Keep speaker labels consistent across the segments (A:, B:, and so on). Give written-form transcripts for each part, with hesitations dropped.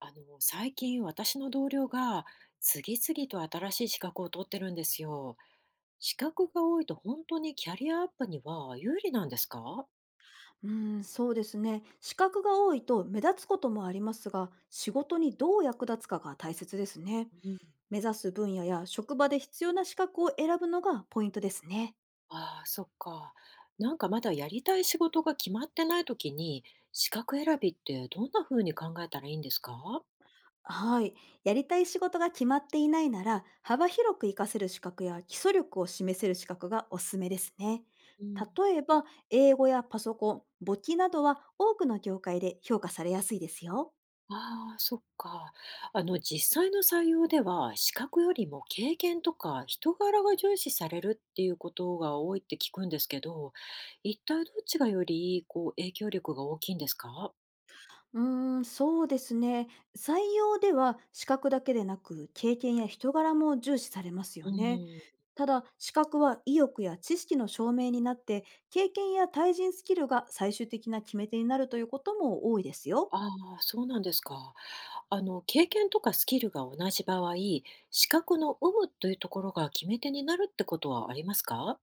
A: 最近私の同僚が次々と新しい資格を取ってるんですよ。資格が多いと本当にキャリアアップには有利なんですか？
B: うん、そうですね。資格が多いと目立つこともありますが、仕事にどう役立つかが大切ですね。
A: うん。
B: 目指す分野や職場で必要な資格を選ぶのがポイントですね。
A: ああ、そっか。なんかまだやりたい仕事が決まってない時に資格選びってどんな風に考えたらいいんですか？
B: はい。やりたい仕事が決まっていないなら、幅広く活かせる資格や基礎力を示せる資格がおすすめですね。
A: うん。
B: 例えば、英語やパソコン、簿記などは多くの業界で評価されやすいですよ。
A: ああ、そっか。実際の採用では、資格よりも経験とか人柄が重視されるっていうことが多いって聞くんですけど、一体どっちがより、こう、影響力が大きいんですか？
B: うーん、そうですね。採用では資格だけでなく経験や人柄も重視されます
A: う
B: よね。
A: ん。
B: ただ、資格は意欲や知識の証明になって、経験や対人スキルが最終的な決め手になるということも多いですよ。
A: ああ、そうなんですか。経験とかスキルが同じ場合、資格の有無というところが決め手になるってことはありますか？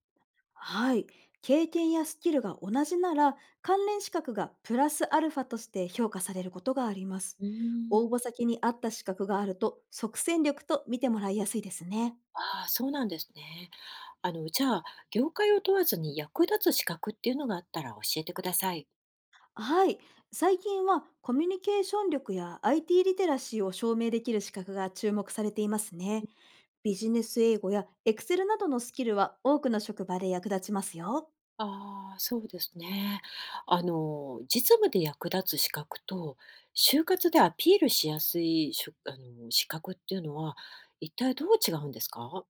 B: はい。経験やスキルが同じなら、関連資格がプラスアルファとして評価されることがあります。
A: うー
B: 応
A: ん。
B: 募先に合った資格があると、即戦力と見てもらいやすいですね。
A: ああ、そうなんですね。じゃあ、業界を問わずに役立つ資格っていうのがあったら教えてください。
B: はい。最近はコミュニケーション力や IT リテラシーを証明できる資格が注目されていますね。ビジネス英語や Excel などのスキルは多くの職場で役立ちますよ。
A: ああ、そうですね。実務で役立つ資格と、就活でアピールしやすいしょあの、資格っていうのは、一体どう違うんですか？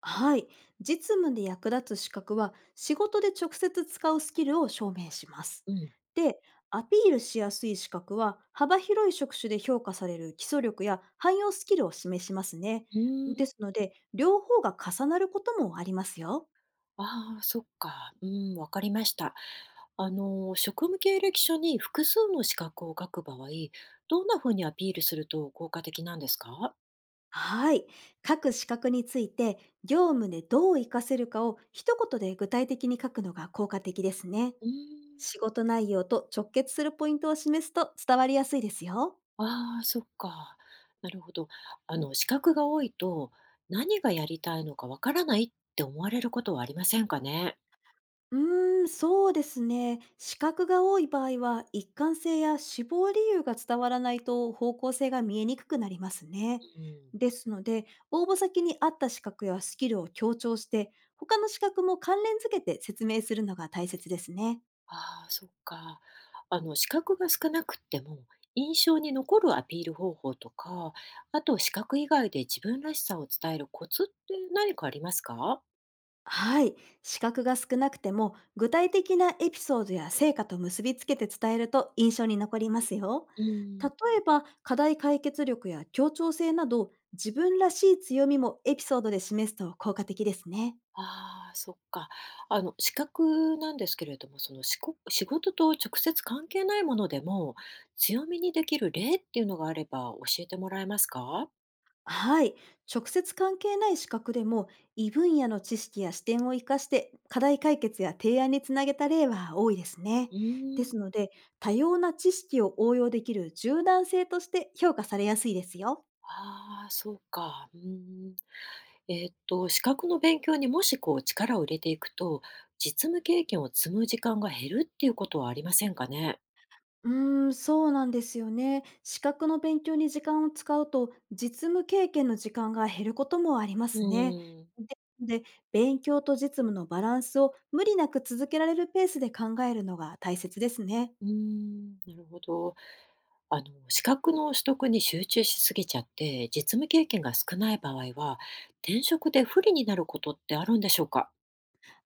B: はい。実務で役立つ資格は仕事で直接使うスキルを証明します。
A: うん。
B: で、アピールしやすい資格は幅広い職種で評価される基礎力や汎用スキルを示しますね。
A: うー
B: で
A: ん。
B: すので、両方が重なることもありますよ。
A: ああ、そっか。うん、わかりました。職務経歴書に複数の資格を書く場合、どんなふうにアピールすると効果的なんですか？
B: はい。各資格について業務でどう活かせるかを一言で具体的に書くのが効果的ですね。
A: うーん。
B: 仕事内容と直結するポイントを示すと伝わりやすいですよ。
A: ああ、そっか。なるほど。資格が多いと、何がやりたいのかわからないって思われることはありませんかね？
B: うーん、そうですね。資格が多い場合は一貫性や志望理由が伝わらないと方向性が見えにくくなりますね。
A: うん。
B: ですので、応募先に合った資格やスキルを強調して、他の資格も関連付けて説明するのが大切ですね。
A: ああ、そっか。資格が少なくっても、印象に残るアピール方法とか、あと資格以外で自分らしさを伝えるコツって何かありますか？
B: はい。資格が少なくても、具体的なエピソードや成果と結びつけて伝えると印象に残りますよ。
A: う
B: 例
A: ん。
B: えば、課題解決力や協調性など、自分らしい強みもエピソードで示すと効果的ですね。
A: ああ、そっか。資格なんですけれども、仕事と直接関係ないものでも、強みにできる例っていうのがあれば教えてもらえますか？
B: はい。直接関係ない資格でも、異分野の知識や視点を活かして、課題解決や提案につなげた例は多いですね。
A: う
B: で
A: ーん。
B: すので、多様な知識を応用できる柔軟性として評価されやすいですよ。
A: ああ、そうか。うーん。資格の勉強にもし、こう、力を入れていくと、実務経験を積む時間が減るっていうことはありませんかね？
B: うーん、そうなんですよね。資格の勉強に時間を使うと、実務経験の時間が減ることもありま
A: う
B: すね。
A: ーん。
B: で、勉強と実務のバランスを無理なく続けられるペースで考えるのが大切ですね。
A: うーん、なるほど。資格の取得に集中しすぎちゃって、実務経験が少ない場合は、転職で不利になることってあるんでしょうか？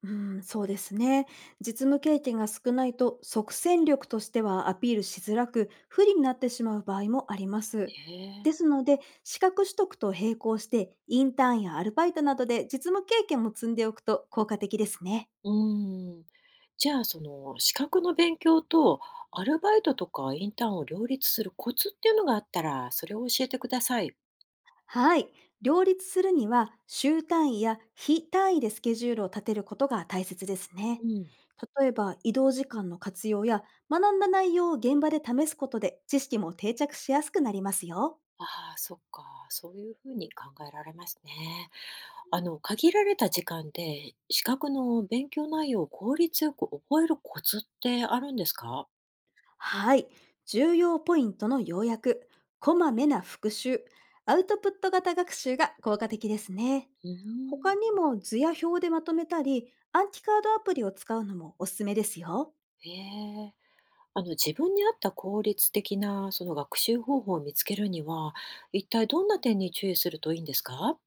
B: うーん、そうですね。実務経験が少ないと、即戦力としてはアピールしづらく、不利になってしまう場合もあります。
A: ええ。
B: ですので、資格取得と並行して、インターンやアルバイトなどで実務経験も積んでおくと効果的ですね。
A: うーん。じゃあ、その資格の勉強とアルバイトとかインターンを両立するコツっていうのがあったら、それを教えてください。
B: はい。両立するには、週単位や非単位でスケジュールを立てることが大切ですね。
A: うん。
B: 例えば、移動時間の活用や、学んだ内容を現場で試すことで、知識も定着しやすくなりますよ。
A: ああ、そっか。そういうふうに考えられますね。限られた時間で資格の勉強内容を効率よく覚えるコツってあるんですか？
B: はい。重要ポイントの要約、こまめな復習、アウトプット型学習が効果的ですね。
A: うーん。
B: 他にも図や表でまとめたり、暗記カードアプリを使うのもおすすめですよ。
A: へえ。自分に合った効率的なその学習方法を見つけるには、一体どんな点に注意するといいんですか？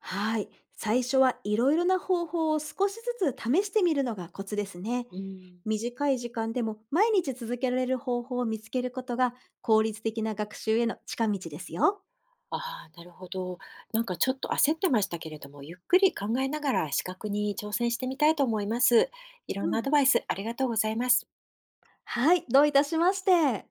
B: はい。最初はいろいろな方法を少しずつ試してみるのがコツですね。
A: うん。
B: 短い時間でも毎日続けられる方法を見つけることが効率的な学習への近道ですよ。
A: ああ、なるほど。なんかちょっと焦ってましたけれども、ゆっくり考えながら視覚に挑戦してみたいと思います。いろん
B: う
A: なアド
B: ん。
A: バイスありがとうございます。
B: はい。どういたしまして。